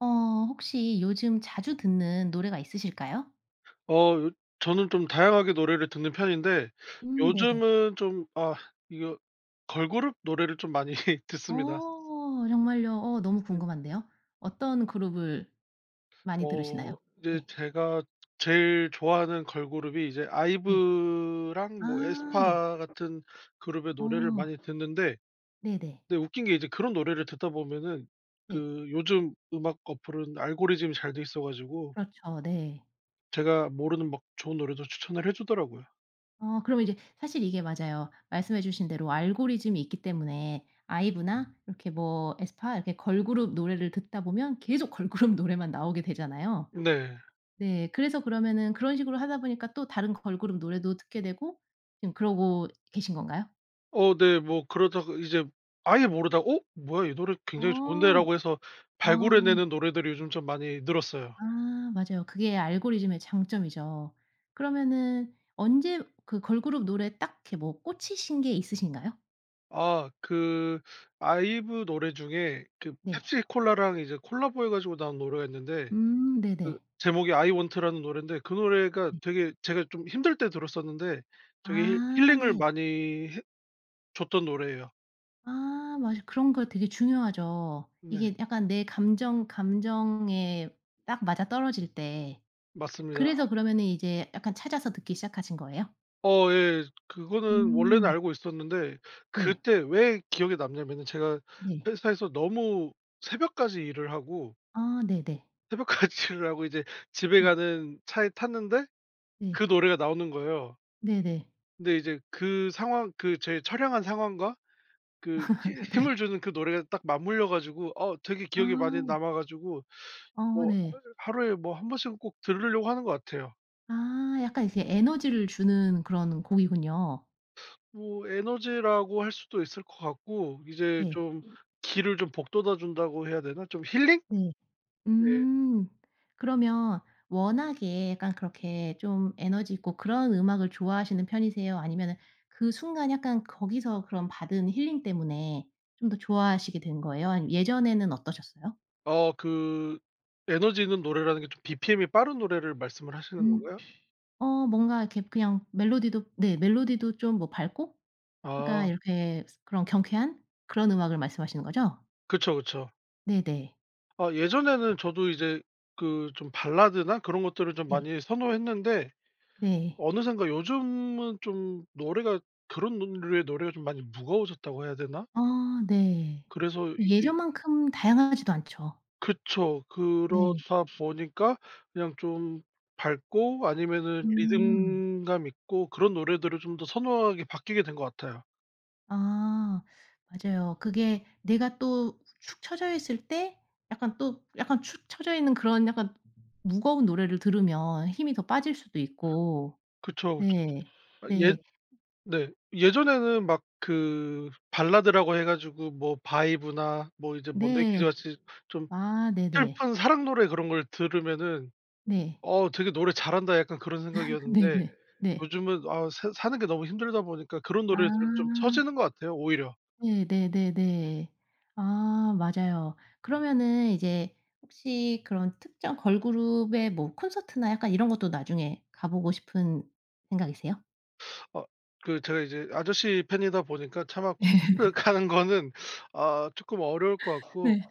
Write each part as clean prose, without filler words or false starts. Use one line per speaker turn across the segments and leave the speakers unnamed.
어, 혹시 요즘 자주 듣는 노래가 있으실까요?
어 요 저는 좀 다양하게 노래를 듣는 편인데,
네네.
요즘은 좀 이거 걸그룹 노래를 좀 많이 듣습니다.
어 정말요? 어 너무
네.
궁금한데요. 어떤 그룹을 많이 들으시나요?
이제
네.
제가 제일 좋아하는 걸그룹이 이제
네.
아이브랑 뭐
아 네.
에스파 같은 그룹의 노래를
어
많이 듣는데,
네네.
근데 웃긴 게 이제 그런 노래를 듣다 보면은
네.
그 요즘 음악 어플은 알고리즘이 잘 돼 있어 가지고
그렇죠. 네.
제가 모르는 막 좋은 노래도 추천을 해 주더라고요.
어 그럼 이제 사실 이게 맞아요. 말씀해 주신 대로 알고리즘이 있기 때문에 아이브나 이렇게 뭐 에스파 이렇게 걸그룹 노래를 듣다 보면 계속 걸그룹 노래만 나오게 되잖아요.
네.
네. 그래서 그러면은 그런 식으로 하다 보니까 또 다른 걸그룹 노래도 듣게 되고 지금 그러고 계신 건가요?
네. 뭐 그러다가 이제 아예 모르다가 '어 뭐야 이 노래 굉장히
어.
좋은데.'라고 해서 발굴해
어.
내는 노래들이 요즘 좀 많이 늘었어요.
아 맞아요. 그게 알고리즘의 장점이죠. 그러면은 언제 그 걸그룹 노래 딱 이렇게 뭐 꽂히신 게 있으신가요?
그 아이브 노래 중에 그
네.
펩시콜라랑 이제 콜라보해 가지고 나온 노래가 있는데, 그
네네.
제목이 I want라는 노랜데, 그 노래가
네.
되게 제가 좀 힘들 때 들었었는데 되게 힐
아
힐링을
네.
많이 해 줬던 노래예요.
아 맞아. 그런 거 되게 중요하죠.
네.
이게 약간 내 감정 감정에 딱 맞아떨어질 때.
맞습니다.
그래서 그러면은 이제 약간 찾아서 듣기 시작하신 거예요?
예. 그거는 원래는
음.
알고 있었는데,
네.
그때 왜 기억에 남냐면은 제가
네.
회사에서 너무 새벽까지 일을 하고
아 네네.
새벽까지 일을 하고 이제 집에
네.
가는 차에 탔는데
네.
그 노래가 나오는 거예요.
네네.
근데 이제 그 상황, 그 제 처량한 상황과 그 히
네.
힘을 주는 그 노래가 딱 맞물려 가지고 되게 기억에 많이
아.
남아 가지고
어
뭐
네.
하루에 뭐 한 번씩은 꼭 들으려고 하는 것 같아요.
아 약간 이렇게 에너지를 주는 그런 곡이군요.
뭐 에너지라고 할 수도 있을 것 같고 이제
네.
좀 길을 좀 복돋아 준다고 해야 되나? 좀 힐링?
네.
네.
음. 그러면 워낙에 약간 그렇게 좀 에너지 있고 그런 음악을 좋아하시는 편이세요? 아니면은 그 순간 약간 거기서 그런 받은 힐링 때문에 좀 더 좋아하시게 된 거예요? 아니면 예전에는 어떠셨어요?
그 에너지 있는 노래라는 게 좀 BPM이 빠른 노래를 말씀을 하시는
음.
건가요?
어 뭔가 이렇게 그냥 멜로디도 네 멜로디도 좀 뭐 밝고 그러니까
아
이렇게 그런 경쾌한 그런 음악을 말씀하시는 거죠?
그쵸, 그쵸.
네네.
예전에는 저도 이제 그 좀 발라드나 그런 것들을 좀
네.
많이 선호했는데,
네.
어느샌가 요즘은 좀 노래가 그런 노 류의 노래가 좀 많이 무거워졌다고 해야 되나?
아 네.
그래서 이제
예전만큼 다양하지도 않죠.
그쵸.
네.
그렇다 보니까 그냥 좀 밝고 아니면은
음.
리듬감 있고 그런 노래들을 좀 더 선호하게 바뀌게 된 것 같아요.
아 맞아요. 그게 내가 또 축 처져 있을 때 약간 또 약간 축 처져 있는 그런 약간 무거운 노래를 들으면 힘이 더 빠질 수도 있고.
그쵸, 그쵸.
네.
예.
네.
네. 예전에는 막 그 발라드라고 해 가지고 뭐 바이브나 뭐 이제 먼데키
네.
즈 같이 좀
아 네네.
슬픈 사랑 노래 그런 걸 들으면은
네.
'어 되게 노래 잘한다.' 약간 그런 생각이었는데,
네네. 네.
요즘은 아 사 사는 게 너무 힘들다 보니까 그런 노래를 들으면 좀
아.
처지는 것 같아요, 오히려.
네 네네네. 아 맞아요. 그러면은 이제 혹시 그런 특정 걸그룹의 뭐 콘서트나 약간 이런 것도 나중에 가 보고 싶은 생각이세요?
어 그 제가 이제 아저씨 팬이다 보니까 차마 콘서트 가는 거는 쪼끔 어려울 것 같고,
네.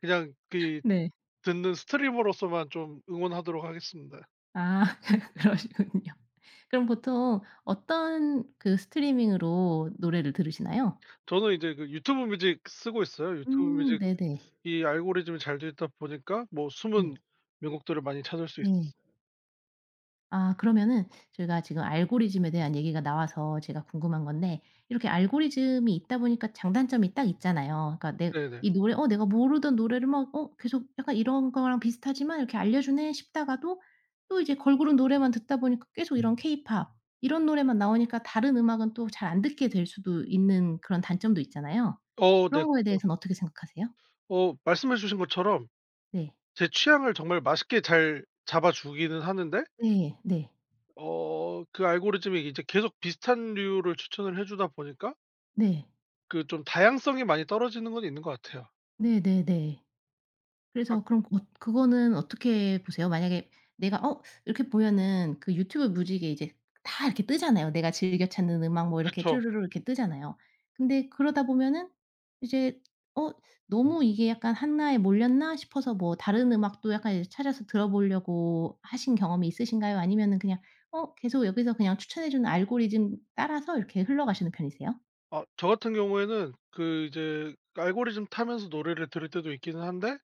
그냥 그
네.
듣는 스트리머로서만 좀 응원하도록 하겠습니다.
아 그러시군요. 그럼 보통 어떤 그 스트리밍으로 노래를 들으시나요?
저는 이제 그 유튜브 뮤직 쓰고 있어요. 유튜브
네네.
뮤직이 알고리즘이 잘 돼 있다 보니까 뭐 숨은
네.
명곡들을 많이 찾을 수
네.
있었어요.
아 그러면은 저희가 지금 알고리즘에 대한 얘기가 나와서 제가 궁금한 건데 이렇게 알고리즘이 있다 보니까 장단점이 딱 있잖아요. 그러니까 내
네네.
이 노래 어 내가 모르던 노래를 막 어 계속 약간 이런 거랑 비슷하지만 이렇게 알려 주네 싶다가도 또 이제 걸그룹 노래만 듣다 보니까 계속 이런 케이팝 이런 노래만 나오니까 다른 음악은 또 잘 안 듣게 될 수도 있는 그런 단점도 있잖아요.
네,
그런 거에
그쵸.
대해서는 어떻게 생각하세요?
말씀해 주신 것처럼
네.
제 취향을 정말 맛있게 잘 잡아 주기는 하는데,
네. 네.
어 그 알고리즘이 이제 계속 비슷한 류를 추천을 해 주다 보니까
네.
그 좀 다양성이 많이 떨어지는 건 있는 것 같아요.
네네네.
아
그래서 그럼 어 그거는 어떻게 보세요? 만약에 내가 어 이렇게 보면은 그 유튜브 뮤직에 이제 다 이렇게 뜨잖아요. 내가 즐겨 찾는 음악 뭐 이렇게
그쵸.
쭈루루 이렇게 뜨잖아요. 근데 그러다 보면은 이제 어 너무 이게 약간 나에 몰렸나 싶어서 뭐 다른 음악도 약간 이제 찾아서 들어보려고 하신 경험이 있으신가요? 아니면은 그냥 어 계속 여기서 그냥 추천해 주는 알고리즘 따라서 이렇게 흘러가시는 편이세요?
저 같은 경우에는 그 이제 알고리즘 타면서 노래를 들을 때도 있기는 한데,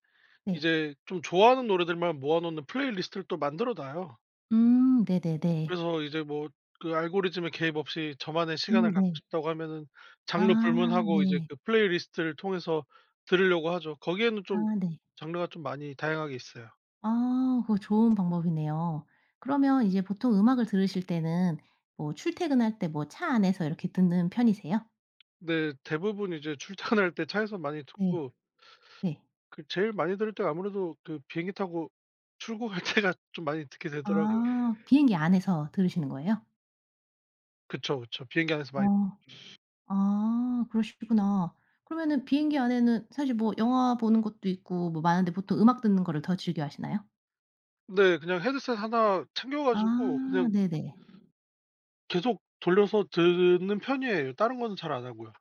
네.
이제 좀 좋아하는 노래들만 모아 놓는 플레이리스트를 또 만들어 놔요.
네네네.
그래서 이제 뭐 그 알고리즘에 개입 없이 저만의 시간을 갖고
네.
싶다고 하면은
아
장르 불문하고 이제
네.
그 플레이리스트를 통해서 들으려고 하죠. 거기에는
아
좀
네.
장르가 좀 많이 다양하게 있어요.
아 그거 좋은 방법이네요. 그러면 이제 보통 음악을 들으실 때는 뭐 출퇴근할 때 뭐 차 안에서 이렇게 듣는 편이세요?
근데 대부분 이제 출퇴근할 때 차에서 많이
네.
듣고,
네.
그 제일 많이 들을 때가 아무래도 그 비행기 타고 출국할 때가 좀 많이 듣게 되더라고요.
아 비행기 안에서 들으시는 거예요?
그쵸, 그쵸. 비행기 안에서 많이.
어. 아 그러시구나. 그러면은 비행기 안에는 사실 뭐 영화 보는 것도 있고 뭐 많은데 보통 음악 듣는 거를 더 즐겨 하시나요?
네, 그냥 헤드셋 하나 챙겨 가지고
아
그냥
네네.
계속 돌려서 듣는 편이에요. 다른 거는 잘 안 하고요.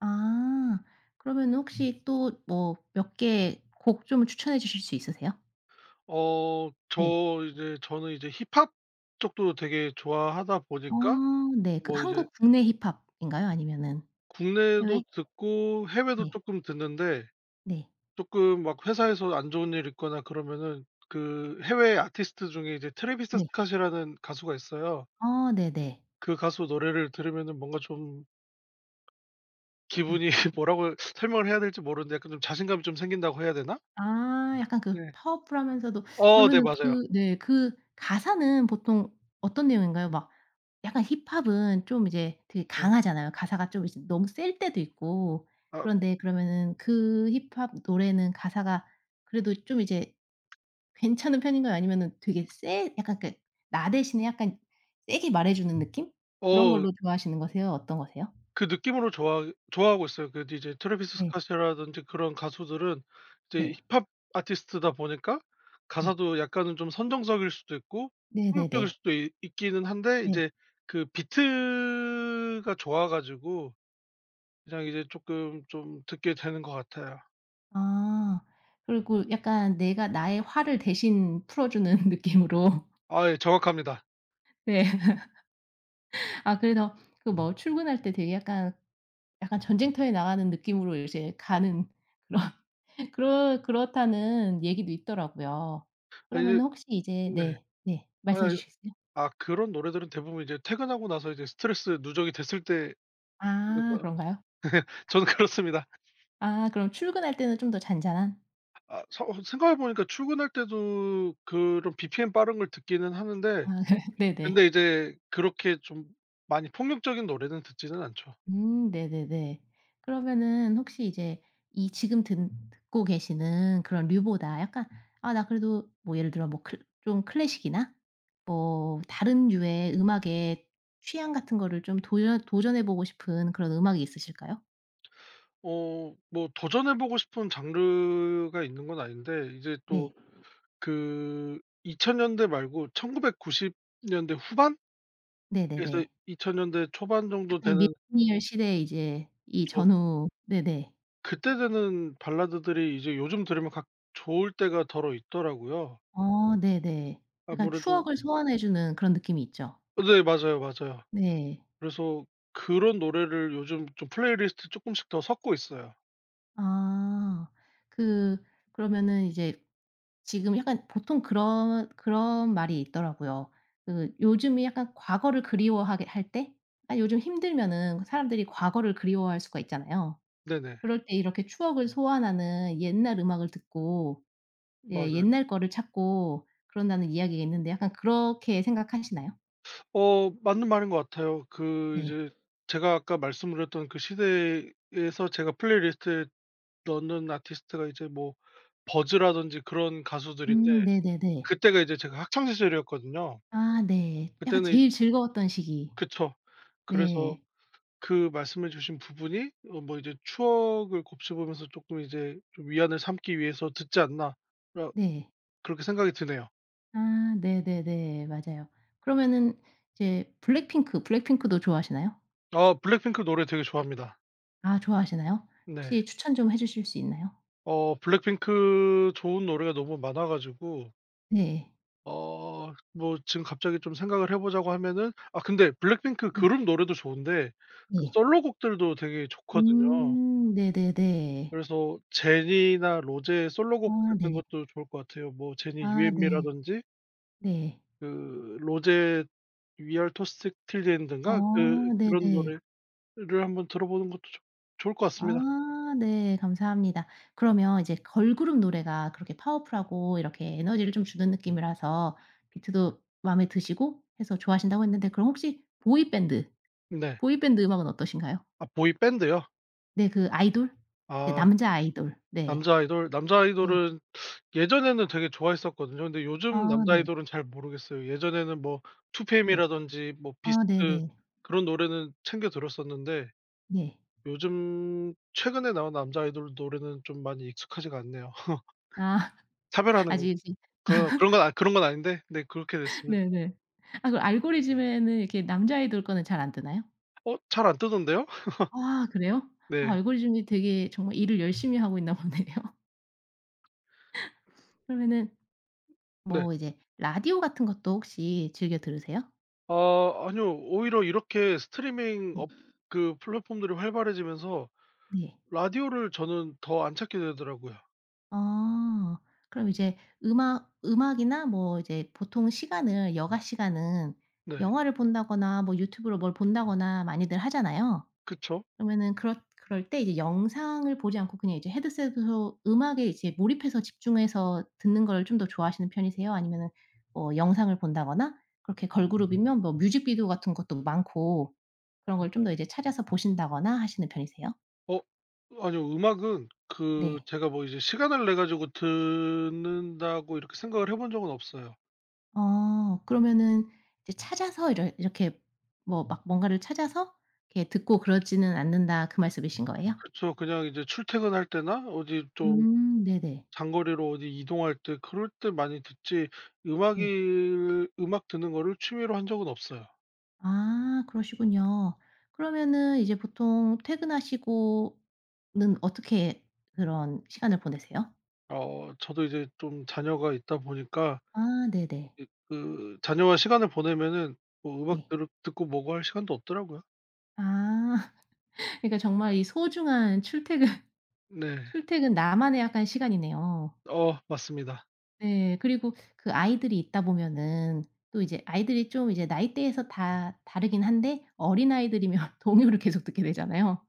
아 그러면 혹시 또 뭐 몇 개 곡 좀 추천해 주실 수 있으세요? 네.
저는 이제 힙합 쪽도 되게 좋아하다
어,
보니까
네. 그
뭐 이제
한국 국내 힙합인가요? 아니면은
국내도
해외?
듣고 해외도
네.
쪼끔 듣는데,
네.
쪼끔 막 회사에서 안 좋은 일 있거나 그러면은 그 해외 아티스트 중에 이제 트래비스
네.
스캇이라는 가수가 있어요.
아 네네. 네.
그 가수 노래를 들으면은 뭔가 좀
네.
기분이 뭐라고 설명을 해야 될지 모르는데 약간 좀 자신감이 좀 생긴다고 해야 되나?
아 약간 그
네.
파워풀하면서도
네,
그러면은
맞아요.
그 네 그 가사는 보통 어떤 내용인가요? 막 약간 힙합은 좀 이제 되게
네.
강하잖아요. 가사가 좀 이제 너무 셀 때도 있고.
아
그런데 그러면은 그 힙합 노래는 가사가 그래도 좀 이제 괜찮은 편인가요? 아니면은 되게 세 약간 그 나 대신에 약간 세게 말해 주는 느낌? 그런
어
걸로 좋아하시는 거세요? 어떤 거세요?
그 느낌으로 좋아하고 있어요. 그 이제 트래비스
네.
스캇이라든지 그런 가수들은 이제
네.
힙합 아티스트다 보니까
네.
가사도 약간은 좀 선정적일 수도 있고 폭력적일
네네네.
수도 있 있기는 한데
네.
이제 그 비트가 좋아 가지고 그냥 이제 조금 좀 듣게 되는 것 같아요.
아. 그리고 약간 내가 나의 화를 대신 풀어 주는 느낌으로.
예, 정확합니다.
네. 아 그래서 그 뭐 출근할 때 되게 약간 약간 전쟁터에 나가는 느낌으로 이제 가는 그런 그렇다는 얘기도 있더라고요.
이제
그러면은 혹시 이제
네.
네. 네. 말씀해
아
주시겠어요?
그런 노래들은 대부분 이제 퇴근하고 나서 이제 스트레스 누적이 됐을 때
아
듣는가
그런가요?
저는 그렇습니다.
아 그럼 출근할 때는 좀 더 잔잔한?
아 서 생각해 보니까 출근할 때도 그런 BPM 빠른 걸 듣기는
아
하는데, 근데
네네.
이제 그렇게 좀 많이 폭력적인 노래는 듣지는 않죠.
네네네. 그러면은 혹시 이제 이 지금 듣 듣고 계시는 그런 류보다 약간 '아 나 그래도' 뭐 예를 들어 뭐 클 좀 클래식이나 뭐 다른 류의 음악에 취향 같은 거를 좀 도전해 보고 싶은 그런 음악이 있으실까요?
뭐 도전해 보고 싶은 장르가 있는 건 아닌데 이제 또
네.
그 2000 년대 말고 1990 년대 후반에서
네네네.
2000 년대 초반 정도
약간 이
되는
밀레니얼 시대에 이제 이
저
전후 네네.
그때 되는 발라드들이 이제 요즘 들으면 각 좋을 때가 더러 있더라고요.
어 네네. 약간
아무래도.
추억을 소환해 주는 그런 느낌이 있죠.
네, 맞아요, 맞아요.
네.
그래서 그런 노래를 요즘 좀 플레이리스트 조금씩 더 섞고 있어요.
아. 그 그러면은 이제 지금 약간 보통 그런 그런 말이 있더라고요. 그 요즘이 약간 과거를 그리워하게 할 때 아 요즘 힘들면은 사람들이 과거를 그리워할 수가 있잖아요.
네네.
그럴 때 이렇게 추억을 소환하는 옛날 음악을 듣고 예
맞아요.
옛날 거를 찾고 그런다는 이야기가 있는데 약간 그렇게 생각하시나요?
맞는 말인 것 같아요. 그
네.
이제 제가 아까 말씀드렸던 그 시대에서 제가 플레이리스트에 넣는 아티스트가 이제 뭐 버즈라든지 그런 가수들인데,
네네네.
그때가 이제 제가 학창 시절이었거든요.
아 네. 약간
그때는
제일 즐거웠던 시기.
그쵸. 그래서
네.
그 말씀해 주신 부분이 뭐 이제 '추억을 곱씹으면서 조금 이제 좀 위안을 삼기 위해서 듣지 않나.' 라
네.
그렇게 생각이 드네요.
아 네네네. 맞아요. 그러면은 이제 블랙핑크, 블랙핑크도 좋아하시나요?
블랙핑크 노래 되게 좋아합니다.
아 좋아하시나요?
네.
혹시 추천 좀 해 주실 수 있나요?
블랙핑크 좋은 노래가 너무 많아 가지고,
네.
어 뭐 지금 갑자기 좀 생각을 해 보자고 하면은, 근데 블랙핑크
네.
그룹 노래도 좋은데 그
네.
솔로곡들도 되게 좋거든요.
네네네.
그래서 제니나 로제의 솔로곡
아
듣는
네.
것도 좋을 것 같아요. 뭐 제니 유 o u
아
m 라
네.
든지
네.
그 로제 위얼 토스트
어
틸드엔드인가 그런
네네.
노래를 한번 들어보는 것도 좋 좋을 것 같습니다.
아 네. 감사합니다. 그러면 이제 걸그룹 노래가 그렇게 파워풀하고 이렇게 에너지를 좀 주는 느낌이라서 비트도 마음에 드시고 해서 좋아하신다고 했는데 그럼 혹시 보이밴드,
네.
보이밴드 음악은 어떠신가요?
보이 밴드요?
네 그 아이돌? 이제
아
남자 아이돌. 네.
남자 아이돌. 남자
네.
아이돌은 예전에는 되게 좋아했었거든요. 근데 요즘
아
남자
네.
아이돌은 잘 모르겠어요. 예전에는 뭐투페이이라
네.
든지 뭐
아 네네.
비스트
네.
그런 노래는 챙겨 들었었는데,
네.
요즘 최근에 나온 남자 아이돌 노래는 좀 많이 익숙하지가 않네요.
아
차별하는 거
아직 이제
그런 건 아닌데, 네, 그렇게 됐습니다.
네네. 아 그 알고리즘에는 이렇게 남자 아이돌 거는 잘 안 뜨나요?
잘 안 뜨던데요?
아 그래요? 아
네.
알고리즘이 되게 정말 일을 열심히 하고 있나 보네요. 그러면은
네.
뭐 이제 라디오 같은 것도 혹시 즐겨 들으세요?
아니요. 오히려 이렇게 스트리밍
네.
업, 그 플랫폼들이 활발해지면서
네.
라디오를 저는 더 안 찾게 되더라고요.
아. 그럼 이제 음악 음악이나 뭐 이제 보통 시간을 여가 시간은
네.
영화를 본다거나 뭐 유튜브로 뭘 본다거나 많이들 하잖아요.
그쵸?
그러면은 그렇 그럴 때 이제 영상을 보지 않고 그냥 이제 헤드셋으로 음악에 이제 몰입해서 집중해서 듣는 걸 좀 더 좋아하시는 편이세요? 아니면은 뭐 영상을 본다거나 그렇게 걸그룹이면 뭐 뮤직비디오 같은 것도 많고 그런 걸 좀 더 이제 찾아서 보신다거나 하시는 편이세요?
어 아니요. 음악은 그
네.
제가 뭐 이제 시간을 내 가지고 듣는다고 이렇게 생각을 해본 적은 없어요.
어 그러면은 이제 찾아서 이러 이렇게 뭐 막 뭔가를 찾아서 이렇게 듣고 그러지는 않는다 그 말씀이신 거예요?
그쵸. 그냥 이제 출퇴근할 때나 어디 좀
네네.
장거리로 어디 이동할 때 그럴 때 많이 듣지
네.
음악 듣는 거를 취미로 한 적은 없어요.
아 그러시군요. 그러면은 이제 보통 퇴근하시고는 어떻게 그런 시간을 보내세요?
저도 이제 좀 자녀가 있다 보니까
아 네네.
이 그 자녀와 시간을 보내면은 뭐 음악
네.
들으 듣고 뭐고 할 시간도 없더라고요.
아 그러니까 정말 이 소중한 출퇴근
네.
출퇴근 나만의 약간 시간이네요.
맞습니다.
네. 그리고 그 아이들이 있다 보면은 또 이제 아이들이 좀 이제 나이대에서 다 다르긴 한데 어린아이들이면 동요를 계속 듣게 되잖아요.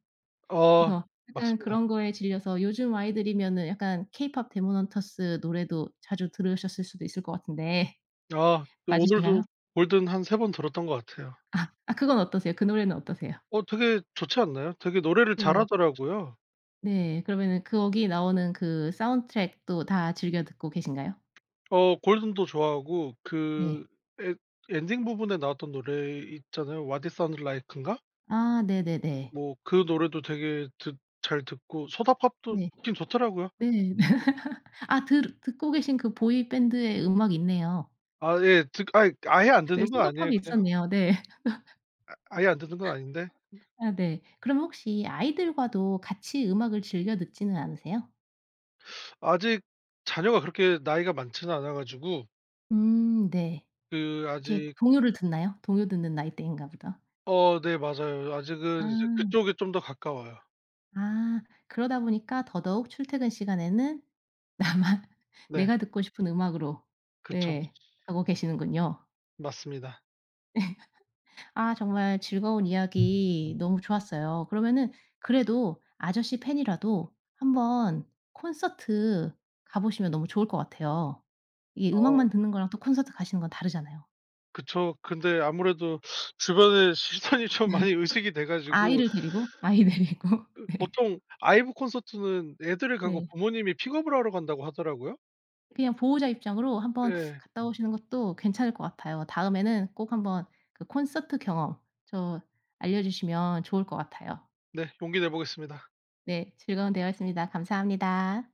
어
그래서 약간
맞습니다.
그런 거에 질려서 요즘 아이들이면은 약간 케이팝 데모넌터스 노래도 자주 들으셨을 수도 있을 것 같은데
그 오늘도
맞으신가요?
골든 한 3번 들었던 것 같아요.
아. 아 그건 어떠세요? 그 노래는 어떠세요?
되게 좋지 않나요? 되게 노래를
네.
잘하더라고요.
네. 그러면은 거기 나오는 그 사운드트랙도 다 즐겨 듣고 계신가요?
골든도 좋아하고
네.
그 에 엔딩 부분에 나왔던 노래 있잖아요. What It Sounds Like인가?
아 네네네.
뭐 그 노래도 되게 듣 잘 듣고 소다팝도
네.
좋긴 좋더라고요.
네.
네.
아 들 듣고 계신 그 보이밴드의 음악이 있네요.
예. 듣 아이 아예 안
네
듣는 건 아니에요.
소다팝이
그냥
있었네요. 네.
아예 안 듣는 건 아닌데,
아 네. 그럼 혹시 아이들과도 같이 음악을 즐겨 듣지는 않으세요?
아직 자녀가 그렇게 나이가 많지는 않아 가지고
네.
그
이렇게
아직,
동요를 듣나요? 동요 듣는 나이대인가 보다.
네, 맞아요. 아직은 이제
아.
그쪽이 좀 더 가까워요.
아 그러다 보니까 더더욱 출퇴근 시간에는 나만
네.
내가 듣고 싶은 음악으로
그쵸.
네 가고 계시는군요.
맞습니다.
아 정말 즐거운 이야기 너무 좋았어요. 그러면은 그래도 아저씨 팬이라도 한번 콘서트 가 보시면 너무 좋을 것 같아요. 이게
어
음악만 듣는 거랑 또 콘서트 가시는 건 다르잖아요.
그쵸. 근데 아무래도 주변에 시선이 좀 많이 의식이 돼 가지고
아이를 데리고 아이 데리고 네.
보통 아이브 콘서트는 애들을 가고
네.
부모님이 픽업을 하러 간다고 하더라고요.
그냥 보호자 입장으로 한번
예.
갔다 오시는 것도 괜찮을 것 같아요. 다음에는 꼭 한번 그 콘서트 경험 저 알려주시면 좋을 것 같아요.
네. 용기 내 보겠습니다.
네. 즐거운 대화였습니다. 감사합니다.